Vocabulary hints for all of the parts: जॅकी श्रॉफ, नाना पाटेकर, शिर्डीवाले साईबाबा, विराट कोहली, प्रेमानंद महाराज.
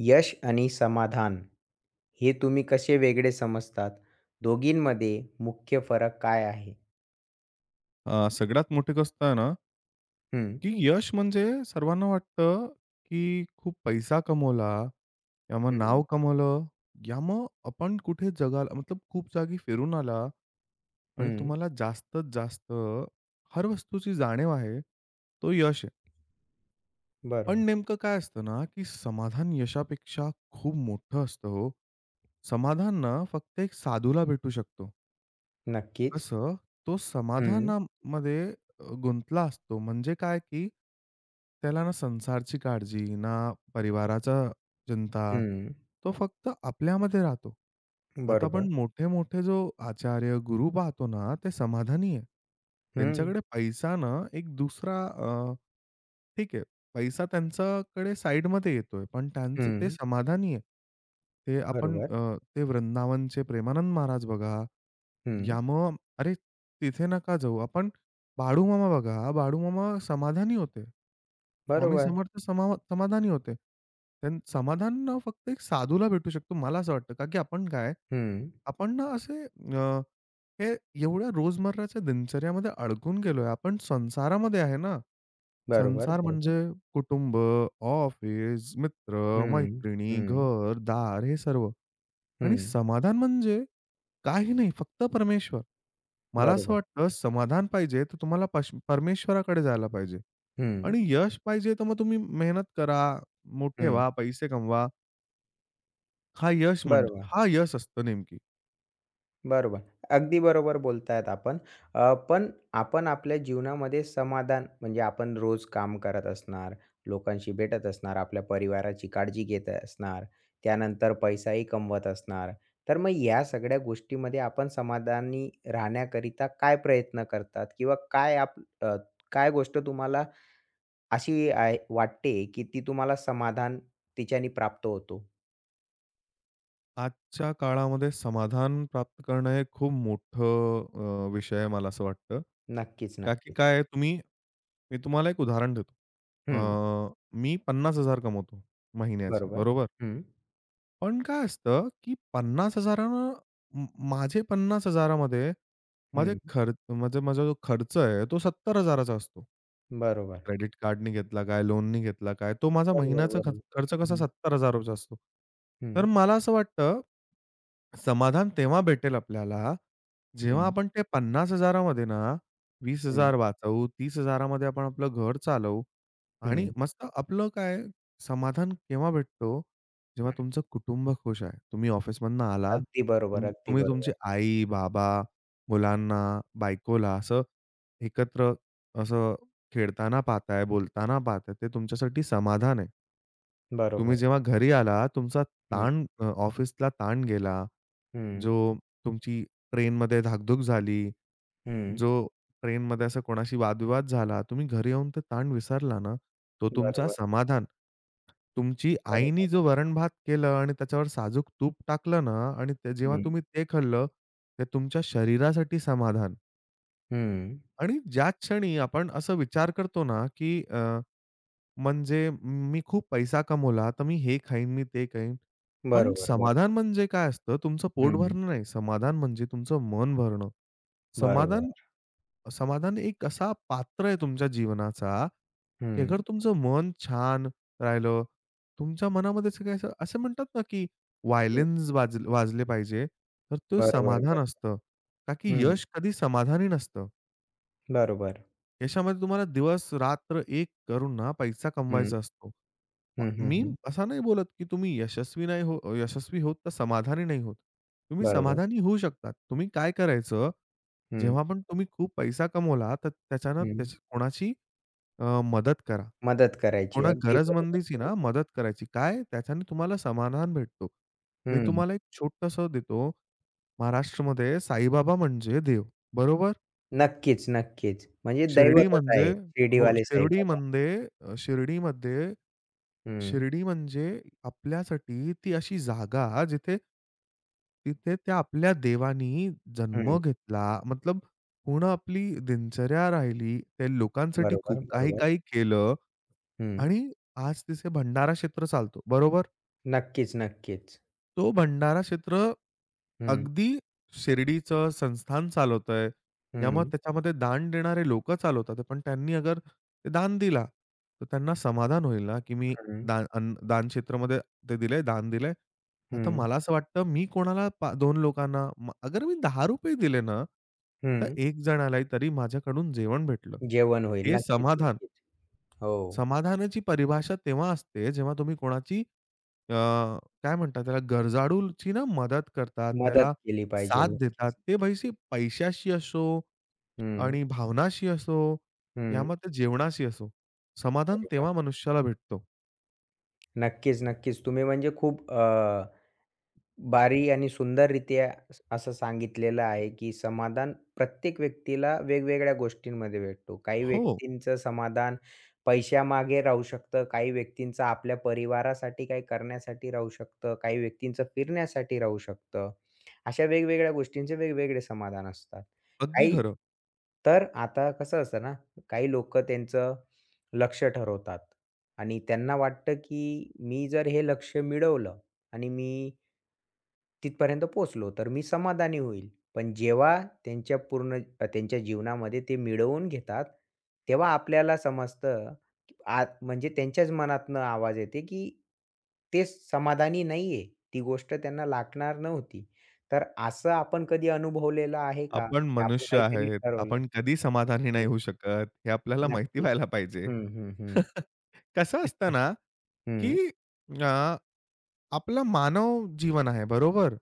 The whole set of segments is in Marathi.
यश आणि समाधान हे तुम्ही कसे वेगळे समजतात? दोघींमध्ये मुख्य फरक काय आहे? सगळ्यात मोठी गोष्ट आहे ना, हं. की यश म्हणजे सर्वांना वाटतं, की खूप पैसा कमवला किंवा मग हं. नाव कमवलं, या मग आपण कुठे जगाला मतलब खूप जागी फिरून आला आणि हं. तुम्हाला जास्तीत जास्त हर वस्तूची जाणीव आहे, तो यश आहे. पण बरोबर. नेमकं काय असतं ना, की समाधान यशापेक्षा खूप मोठं असतं हो. समाधान ना फक्त एक साधूला भेटू शकतो. नक्कीच. कसं, तो हं. समाधानामध्ये गुंतला असतो. म्हणजे काय, की त्याला ना संसारची काळजी, ना परिवाराचा चिंता, हं. तो फक्त आपल्यामध्ये राहतो. आता बरोबर. आपण मोठे-मोठे जो आचार्य, गुरु पाहतो ना, ते समाधानी आहे. हं. त्यांच्याकडे पैसा ना एक दुसरा ठीक आहे, पैसा त्यांच्याकडे साइडमध्ये येतोय, पण त्यांचं ते हं. समाधानी आहे. ते आपण बरोबर. ते वृंदावनचे प्रेमानंद महाराज बघा. हं. या मग अरे, तिथे नका जाऊ. आपण बाळूमामा बघा, बाळू मामा समाधानी होते. स्वामी बरोबर. समर्थ समाधानी होते. त्यां समाधान ना फक्त एक साधूला भेटू शकतो, मला असं वाटतं. का की आपण काय, हं. आपण ना असे अ, हे एवढ्या रोजमर्राच्या दिनचर्यामध्ये अडकून गेलोय. आपण संसारामध्ये आहे ना. बरोबर, संसार म्हणजे बरोबर. कुटुंब, ऑफिस, मित्र, हं. मैत्रिणी, हं. घर, दार हे सर्व. आणि हं. समाधान म्हणजे काही नाही, फक्त परमेश्वर. मला असं बरोबर. वाटतं समाधान पाहिजे तर तुम्हाला परमेश्वराकडे जायला पाहिजे हं. आणि यश पाहिजे तर मग तुम्ही मेहनत करा, मोठे हं. व्हा, पैसे कमवा. हा यश म्हणजे बरोबर. हा यश असतं नेमकी. बरोबर. अगदी बरोबर बोलतायत आपण. पण आपण आपल्या जीवनामध्ये समाधान म्हणजे आपण रोज काम करत असणार, लोकांशी भेटत असणार, आपल्या परिवाराची काळजी घेत असणार, त्यानंतर पैसाही कमवत असणार. तर मग या सगळ्या गोष्टीमध्ये आपण समाधानी राहण्याकरिता काय प्रयत्न करतात? किंवा अ, काय गोष्ट तुम्हाला अशी आहे वाटते, की ती तुम्हाला समाधान तिच्याने प्राप्त होतो? आजच्या काळामध्ये समाधान प्राप्त करणं हे खूप मोठं विषय आहे मला असं वाटतं. नक्कीच, का की नक्कीच. काय आहे तुम्ही मी तुम्हाला एक उदाहरण देतो. हं. अ, मी 50,000 कमवतो महिन्याचे, बरोबर. बरोबर? हं. पण काय असतं, की 50,000नं म माझे 50,000मध्ये माझे हं. खर्च म्हणजे माझा जो खर्च आहे, तो 70,000चा असतो. बरोबर. क्रेडिट कार्डनी घेतला काय, लोननी घेतला काय, तो माझा बरोबर, महिन्याचा खर्च बरोबर. खर्च कसा हं, ₹70,000 असतो. तर हं, मला असं वाटतं, समाधान तेव्हा भेटेल आपल्याला, जेव्हा हं, आपण ते 50,000 मध्ये ना हं, 20,000 वाचवू, 30,000 मध्ये आपण आपलं घर चालवू आणि हं. मस्त आपलं काय समाधान केव्हा भेटतो, जेव्हा तुमचं कुटुंब खुश आहे. तुम्ही ऑफिसमधनं आला, अगदी बरोबर, अगदी तुम्ही तुमची बरोबर. आई, बाबा, मुलांना, बायकोला असं एकत्र असं खेळताना पाहताय, बोलताना पाहताय, ते तुमच्यासाठी समाधान आहे. तुम्ही बरोबर. जेव्हा घरी आला, तुमचा हं, ताण ऑफिसला ताण गेला, हं, जो तुमची ट्रेनमध्ये धाकधूक झाली, हं. जो ट्रेनमध्ये असा कोणाशी वादविवाद झाला, तुम्ही घरी येऊन तो ताण विसरला ना, तो तुमचा बरोबर, समाधान. तुमची बरोबर. आईनी जो वरण-भात केलं आणि त्याच्यावर साजूक तूप टाकलं ना आणि ते जेव्हा हं, तुम्ही ते खाल्लं, ते तुमच्या शरीरासाठी समाधान हं. आणि ज्या क्षणी आपण असा विचार करतो ना, की म्हणजे मी खूप पैसा कमवला, तर मी हे खाईन, मी ते खाईन. पण बरोबर, बरोबर. समाधान म्हणजे काय असतं? तुमचं पोट हं, भरणं नाही. समाधान म्हणजे तुमचं मन भरणं. समाधान बरोबर. समाधान एक असा पात्र आहे तुमच्या जीवनाचा, की हं, अगर तुमचं मन छान राहिलं, तुमच्या मनामध्ये असं काय असं असं म्हणतात ना, की हं. व्हायलिन्स वाजले पाहिजे, तर ते बरोबर, समाधान बरोबर. असतं. का की हं, यश कधी समाधानी नसतं. बरोबर. यशामध्ये तुम्हाला दिवस-रात्र एक करून ना पैसा हं, कमवायचा असतो. हं, हं, मी हं. असा नाही बोलत, की तुम्ही यशस्वी नाही हो यशस्वी होत तर समाधानी नाही होत. तुम्ही बरोबर. समाधानी होऊ शकतात. तुम्ही काय करायचं, हं, जेव्हा पण तुम्ही खूप पैसा कमवला, तर त्याच्यानं हं. त्याची कोणाची मदत करा. मदत करायची. कोणा अगदी बरोबर, गरजमंदीची ना बरोबर. मदत करायची. काय त्याच्याने तुम्हाला समाधान भेटतो. मी हं. तुम्हाला एक छोटंसं देतो. महाराष्ट्रामध्ये साईबाबा म्हणजे देव. बरोबर? नक्कीच, नक्कीच. म्हणजे शिर्डी दैवतच म्हणजे आहे हो, शिर्डीवाले साईबाबा. शिर्डीमध्ये शिर्डीमध्ये हं, शिर्डी म्हणजे आपल्यासाठी ती अशी जागा जिथे तिथे त्या आपल्या देवानी जन्म हं. घेतला. मतलब पूर्ण आपली दिनचर्या राहिली. ते लोकांसाठी खूप बरोबर, बरोबर. काही-काही केलं हं. आणि आज तिथे भंडारा क्षेत्र चालतो. बरोबर? नक्कीच, नक्कीच. तो भंडारा क्षेत्र हं, अगदी शिर्डीचं संस्थान चालवतंय. या मग हं, त्याच्यामध्ये दान देणारे लोकं चालवतात. पण त्यांनी अगर ते दान दिला, तर त्यांना समाधान होईल ना, की मी हं, दान अन्न दान क्षेत्रामध्ये ते दिलंय, दान दिलंय. आता हं, मला असं वाटतं मी कोणाला दोन लोकांना अगर मी ₹10 दिले ना, तर हं. 1 जणालाही तरी माझ्याकडून जेवण भेटलं. जेवण होईल. हे नक्कीच, समाधान. नक्कीच. हो. समाधानाची परिभाषा तेव्हा असते, जेव्हा तुम्ही कोणाची अ, काय म्हणतात त्याला गरजाळूची ना मदत करतात, मदत त्याला केली पाहिजे. साथ देतात. नक्कीच. ते पैशाशी असो हं, आणि भावनाशी असो, हं. यामध्ये जेवणाशी असो. समाधान बरोबर. तेव्हा मनुष्याला भेटतो. नक्कीच, नक्कीच. तुम्ही म्हणजे खूप भारी आणि सुंदररीत्या असं सांगितलेलं आहे, की समाधान प्रत्येक व्यक्तीला वेगवेगळ्या गोष्टींमध्ये भेटतो. काही हो, व्यक्तींचं समाधान पैशामागे राहू शकतं, काही व्यक्तींचं आपल्या परिवारासाठी काही करण्यासाठी राहू शकतं, काही व्यक्तींचं फिरण्यासाठी राहू शकतं. अशा वेगवेगळ्या गोष्टींचे वेगवेगळे समाधान असतात. अगदी काही खरं. तर आता कसं असतं ना, काही लोकं त्यांचं लक्ष्य ठरवतात आणि त्यांना वाटतं, की मी जर हे लक्ष्य मिळवलं आणि मी तिथपर्यंत पोहोचलो तर मी समाधानी होईल. पण जेव्हा त्यांच्या पूर्ण त्यांच्या जीवनामध्ये ते मिळवून घेतात, तेव्हा आपल्याला समजतं आत म्हणजे त्यांच्याच मनातनं आवाज येते, की ते समाधानी नाहीये. ती गोष्ट त्यांना लागणार नव्हती. तर असं आपण कधी अनुभवलेलं आहे का? आपण की आपण मनुष्य काहीतरी आहेत. ठरवलं? आपण कधी समाधानी हं, नाही होऊ शकत, हे आपल्याला माहिती नक्कीच. व्हायला पाहिजे. हं, हं, हं. कसं असतं ना, की हं, अ, आपलं मानव जीवन आहे, बरोबर?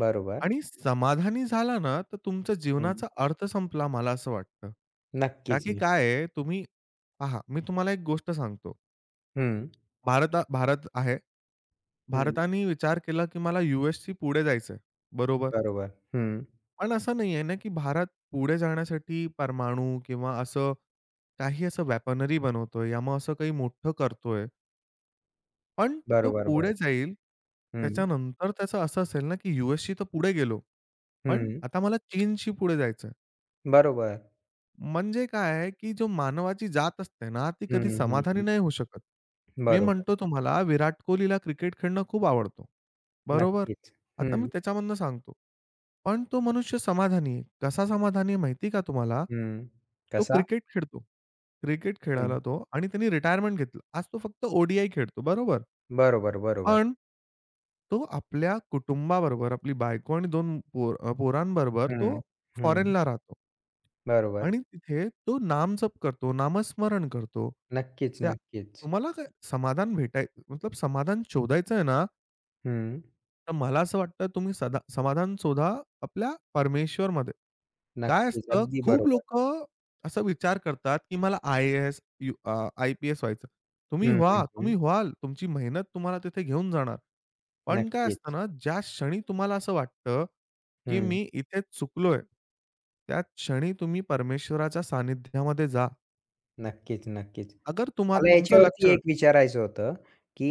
बरोबर. आणि समाधानी झाला ना, तर तुमच्या हं, जीवनाचा अर्थ संपला मला असं वाटतं. का नक्कीच की काय आहे तुम्ही पहा, मी तुम्हाला एक गोष्ट सांगतो. हं, भारत भारत आहे. हं. भारताने विचार केला की मला यूएसशी पुढे जायचंय. बरोबर. बरोबर. हं. पण असं नाहीये ना, की भारत पुढे जाण्यासाठी परमाणू किंवा असं काही असं वेपनरी बनवतोय या मग असं काही मोठं करतोय. पण तो बरोबर, पुढे बरोबर. जाईल. हं. त्याच्यानंतर त्याचं असं असेल ना, की यूएसशी तर पुढे गेलो. पण हं, आता मला चीनशी पुढे जायचंय. बरोबर. म्हणजे काय आहे, की जो मानवाची जात असते ना, ती हं, कधी हं, समाधानी हं. नाही होऊ शकत. मी बरोबर. म्हणतो तुम्हाला विराट कोहलीला क्रिकेट खेळणं खूप आवडतो. बरोबर? नक्कीच. आता मी हं, त्याच्यामधनं सांगतो. पण तो मनुष्य समाधानी आहे. कसा समाधानी आहे माहिती का तुम्हाला? हं. तो कसा? क्रिकेट खेळतो. क्रिकेट खेळायला हं. तो आणि त्यांनी रिटायरमेंट घेतलं. आज तो फक्त खेळतो. बरोबर? बरोबर, बरोबर. पण तो आपल्या कुटुंबाबरोबर, आपली बायको आणि 2 पोरांबरोबर तो हं, हं. फॉरेनला राहतो. बरोबर. आणि तिथे तो नामजप करतो, नामस्मरण करतो. नक्कीच, त्या नक्कीच. तुम्हाला काय समाधान भेटाय मतलब समाधान शोधायचं आहे ना, हं. तर मला असं वाटतं तुम्ही सदा समाधान शोधा आपल्या परमेश्वरमध्ये. काय नक्कीच. असतं अगदी खूप बरोबर. लोकं असा विचार करतात, की मला आय एस आय-पी-एस व्हायचं. तुम्ही हं, हं, व्हा, तुम्ही हं. व्हाल. तुमची मेहनत तुम्हाला तिथे घेऊन जाणार. पण काय असतं नक्कीच. ना, ज्या क्षणी तुम्हाला असं वाटतं, की हं. मी इथे चुकलोय, त्या क्षणी तुम्ही परमेश्वराच्या सानिध्यामध्ये जा. नक्कीच, नक्कीच. अगर मला तुमचं लक्ष याच्यावरती एक विचारायचं होतं,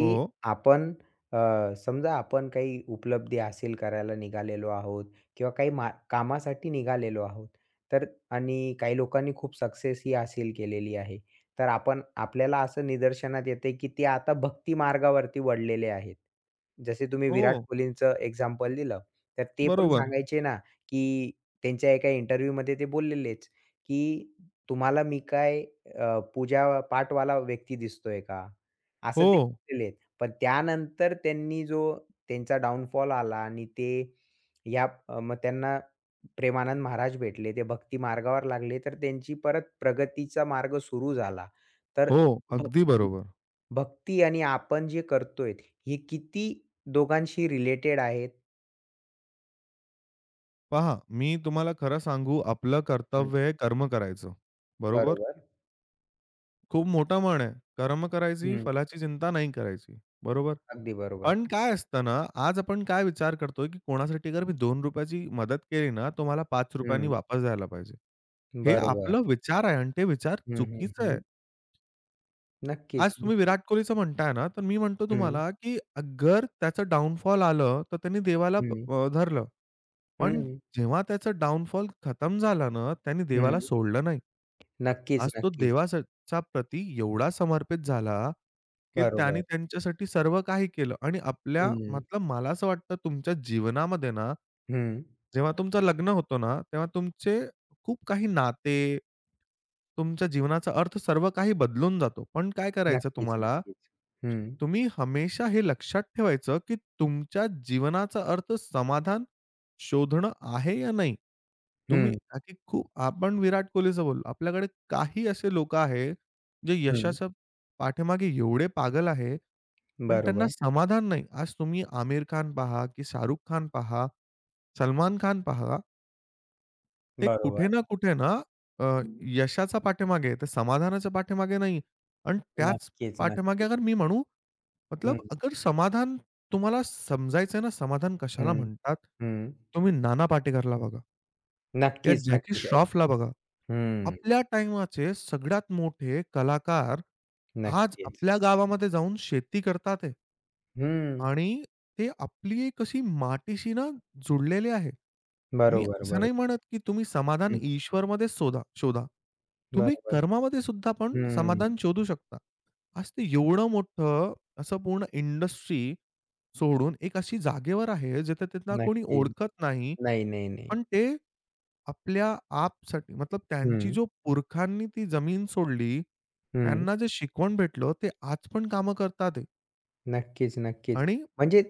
हो, आपण समजा आपण काही उपलब्धी हासिल करायला निघालेलो आहोत किंवा काही मा कामासाठी निघालेलो आहोत. तर आणि काही लोकांनी खूप सक्सेस ही हासिल केलेली आहे. तर आपण आपल्याला असं निदर्शनात येते, की ते आता भक्ती मार्गावरती वळलेले आहेत. जसे तुम्ही विराट हो, कोहलींचं एक्झाम्पल दिलं. तर ते पण बरोबर. सांगायचे ना, की त्यांच्या एका इंटरव्ह्यूमध्ये ते बोललेलेच, की तुम्हाला पूजा पाठवाला व्यक्ती दिसतोय का? असं ते हो, केलेत. पण त्यानंतर त्यांनी जो त्यांचा डाउनफॉल आला आणि ते मग त्यांना प्रेमानंद महाराज भेटले. ते भक्ती मार्गावर लागले, तर त्यांची परत प्रगतीचा मार्ग सुरू झाला. तर हो, अगदी भक्ती बरोबर. भक्ती आणि आपण जे करतोय, हे किती दोघांशी रिलेटेड आहेत? पहा, मी तुम्हाला खरं सांगू, आपलं हं, कर्तव्य आहे कर्म करायचं, बरोबर? बरोबर. खूप मोठं म्हण आहे, कर्म करायची, हं, फलाची चिंता नाही करायची, बरोबर? अगदी बरोबर. पण काय असतं ना, आज आपण काय विचार करतोय, की कोणासाठी जर मी ₹2 ची मदत केली ना, तो मला ₹5 हं, वापस द्यायला पाहिजे. हे बरोबर. आपलं विचार आहे आणि ते विचार हं, हं, चुकीचं आहे. हं. आज नक्कीच, तुम्ही नक्कीच. विराट कोहलीचं म्हणताय ना, तर मी म्हणतो हं, तुम्हाला, की अगर त्याचं डाउनफॉल आलं, तर त्यांनी देवाला हं. धरलं. पण हं, जेव्हा त्याचं डाउनफॉल खतम झाला ना, त्याने देवाला हं. सोडलं नाही. नक्कीच, आज तो नक्कीच. देवाचा प्रती एवढा समर्पित झाला, की त्याने बरोबर. त्यांच्यासाठी सर्व काही केलं आणि आपल्या हं, मतलब मला असं वाटतं तुमच्या जीवनामध्ये ना, हं. जेव्हा तुमचं लग्न होतं ना, तेव्हा तुमचे खूप काही नाते, तुमच्या जीवनाचा अर्थ सर्व काही बदलून जातो. पण काय करायचं नक्कीच, तुम्हाला, नक्कीच. हं, तुम्ही हमेशा हे लक्षात ठेवायचं, की तुमच्या जीवनाचा अर्थ समाधान शोधणं आहे या नाही. तुम्ही हं, आखी खूप आपण विराट कोहलीचं बोललो. आपल्याकडे काही असे लोकं आहेत, जे हं. यशाच्या पाठीमागे एवढे पागल आहे, पण त्यांना बरोबर, समाधान नाही. आज तुम्ही आमिर खान पहा, की शाहरुख खान पहा, सलमान खान पहा. ते कुठे बरोबर. ना कुठे ना अ, हं. यशाच्या पाठीमागे आहे. ते समाधानाच्या पाठीमागे नाही. आणि त्याच नक्कीच, पाठीमागे नक्कीच. अगर मी म्हणू हं, मतलब अगर समाधान तुम्हाला समजायचंय ना, समाधान कशाला हं, म्हणतात? हं. तुम्ही नाना पाटेकरला बघा, या नक्कीच, जॅकी नक्कीच. श्रॉफला बघा. हं, आपल्या टाइमाचे सगळ्यात मोठे कलाकार आज नक्कीच. आपल्या गावामध्ये जाऊन शेती करतात आहे. हं. आणि ते आपली एक अशी मातीशी ना जुडलेले आहे. मी बरोबर, असं नाही बरोबर. म्हणत, की तुम्ही समाधान हं, ईश्वरमध्येच शोधा शोधा. तुम्ही बरोबर. कर्मामध्ये सुद्धा पण हं. समाधान शोधू शकता. आज ते एवढं मोठं असं पूर्ण इंडस्ट्री सोडून एक अशी जागेवर आहे, जिथे त्यांना कोणी नक्की. ओळखत नाही. नाही, नाही, नाही. पण ते आपल्या आपसाठी मतलब त्यांची हं, जो पुरखांनी ती जमीन सोडली, हं. त्यांना जे शिकवण भेटलं ते आज पण कामं करतात आहे. नक्कीच, नक्कीच. आणि म्हणजे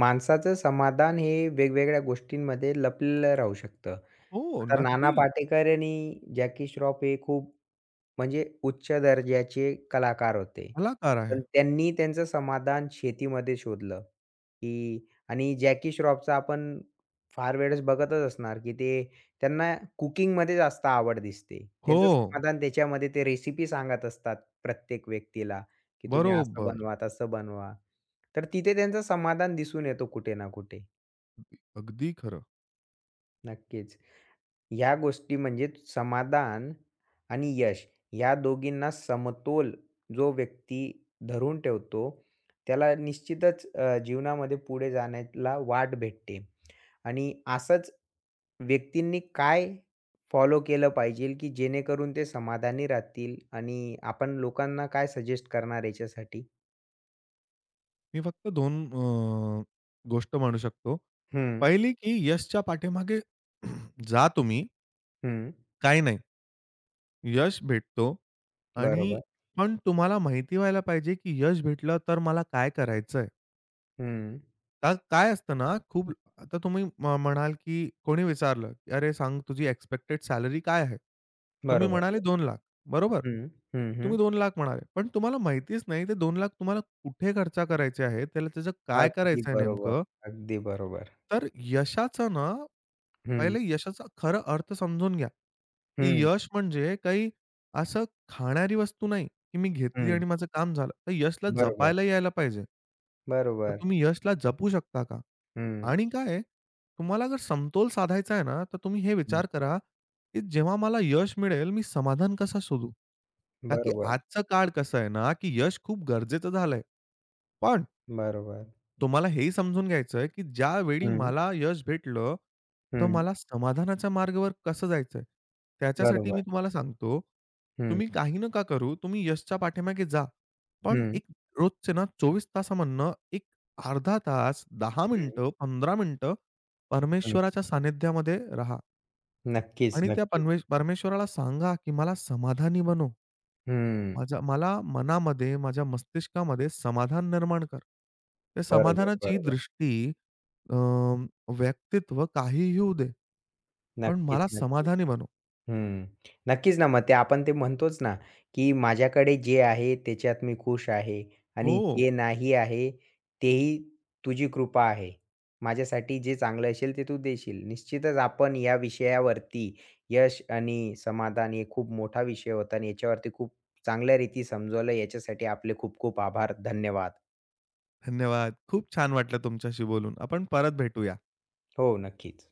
माणसाचं समाधान हे वेगवेगळ्या गोष्टींमध्ये लपलेलं राहू शकतं. हो, आता नाना नक्की पाटेकर आणि जॅकी श्रॉफ हे खूप म्हणजे उच्च दर्जाचे कलाकार होते. कलाकार आहे. पण त्यांनी त्यांचं समाधान शेतीमध्ये शोधलं, की आणि जॅकी श्रॉफचा आपण फार वेळेस बघतच असणार, की ते त्यांना कुकिंगमध्ये जास्त आवड दिसते. हो, त्यांचं समाधान त्याच्यामध्ये ते रेसिपी सांगत असतात प्रत्येक व्यक्तीला, की तुम्ही असं बरोबर. बनवा, तसं बनवा. तर तिथे त्यांचं समाधान दिसून येतो कुठे ना कुठे. अगदी खरं. नक्कीच. या गोष्टी म्हणजे समाधान आणि यश या दोघींना समतोल जो व्यक्ती धरून ठेवतो, त्याला निश्चितच जीवनामध्ये पुढे जाण्याला वाट भेटते आणि असंच व्यक्तींनी काय फॉलो केलं पाहिजे, की जेणेकरून ते समाधानी राहतील आणि आपण लोकांना काय सजेस्ट करणार याच्यासाठी? मी फक्त 2 गोष्ट म्हणू शकतो. हं, पहिली की यशच्या पाठीमागे जा तुम्ही, हं. काही नाही. यश भेटतो आणि बरोबर. पण तुम्हाला माहिती व्हायला पाहिजे, की यश भेटलं तर मला काय करायचंय? हं. का काय असतं ना, खूप आता तुम्ही म्हणाल, की कोणी विचारलं, की "अरे सांग तुझी एक्स्पेक्टेड सॅलरी काय आहे?" तुम्ही बरोबर. म्हणाले 2,00,000 बरोबर? हं, हं, हं. तुम्ही 2,00,000 म्हणाले. पण तुम्हाला माहितीच नाही ते 2,00,000 तुम्हाला कुठे खर्च करायचे आहे? त्याला त्याचं काय अगदी करायचं आहे बरोबर. नेमकं? अगदी बरोबर. तर यशाचं ना हं, पहिले यशाचा खरा अर्थ समजून घ्या, की हं. यश म्हणजे काही असं खाणारी वस्तू नाही, की मी घेतली हं, आणि माझं काम झालं. तर यशला बरोबर, जपायला यायला पाहिजे. तर बरोबर. तुम्ही यशला जपू शकता का? हं, आणि काय आहे, तुम्हाला जर समतोल साधायचा आहे ना, तर तुम्ही हे हं. विचार करा, की जेव्हा मला यश मिळेल, मी समाधान कसा शोधू? का की बरोबर, आजचा काळ कसं आहे ना, की यश खूप गरजेचं झालंय. पण बरोबर. तुम्हाला हेही समजून घ्यायचंय, की ज्यावेळी हं, मला यश भेटलं, तर हं. मला समाधानाच्या मार्गावर कसं जायचंय? त्याच्यासाठी मी बरोबर. तुम्हाला सांगतो, हं, तुम्ही काही नका करू, तुम्ही यशच्या पाठीमागे जा. पण हं, एक रोजचे ना 24 तासामधनं एक अर्धा तास, 10 हं, मिनिटं, 15 मिनिटं हं. परमेश्वराच्या सानिध्यामध्ये राहा नक्कीच, आणि त्या नक्कीच. परमेश्वराला सांगा, की मला समाधानी बनव. हं, माझ्या मला मनामध्ये, माझ्या मस्तिष्कामध्ये समाधान निर्माण कर. त्या बरोबर, समाधानाची बरोबर. दृष्टी अ, व्यक्तित्व काहीही होऊ दे, पण नक्कीच, मला नक्कीच. समाधानी बनव. हं. नक्कीच ना, मग ते आपण ते म्हणतोच ना, की माझ्याकडे जे आहे त्याच्यात मी खुश आहे आणि हो, जे नाही आहे तेही तुझी कृपा आहे. माझ्यासाठी जे चांगलं असेल ते तू देशील. निश्चितच आपण या विषयावरती यश आणि समाधान हे खूप मोठा विषय होता आणि याच्यावरती खूप चांगल्या रीती समजवलं. याच्यासाठी आपले खूप खूप आभार. धन्यवाद. धन्यवाद. खूप छान वाटलं तुमच्याशी बोलून. आपण परत भेटूया. हो, नक्कीच.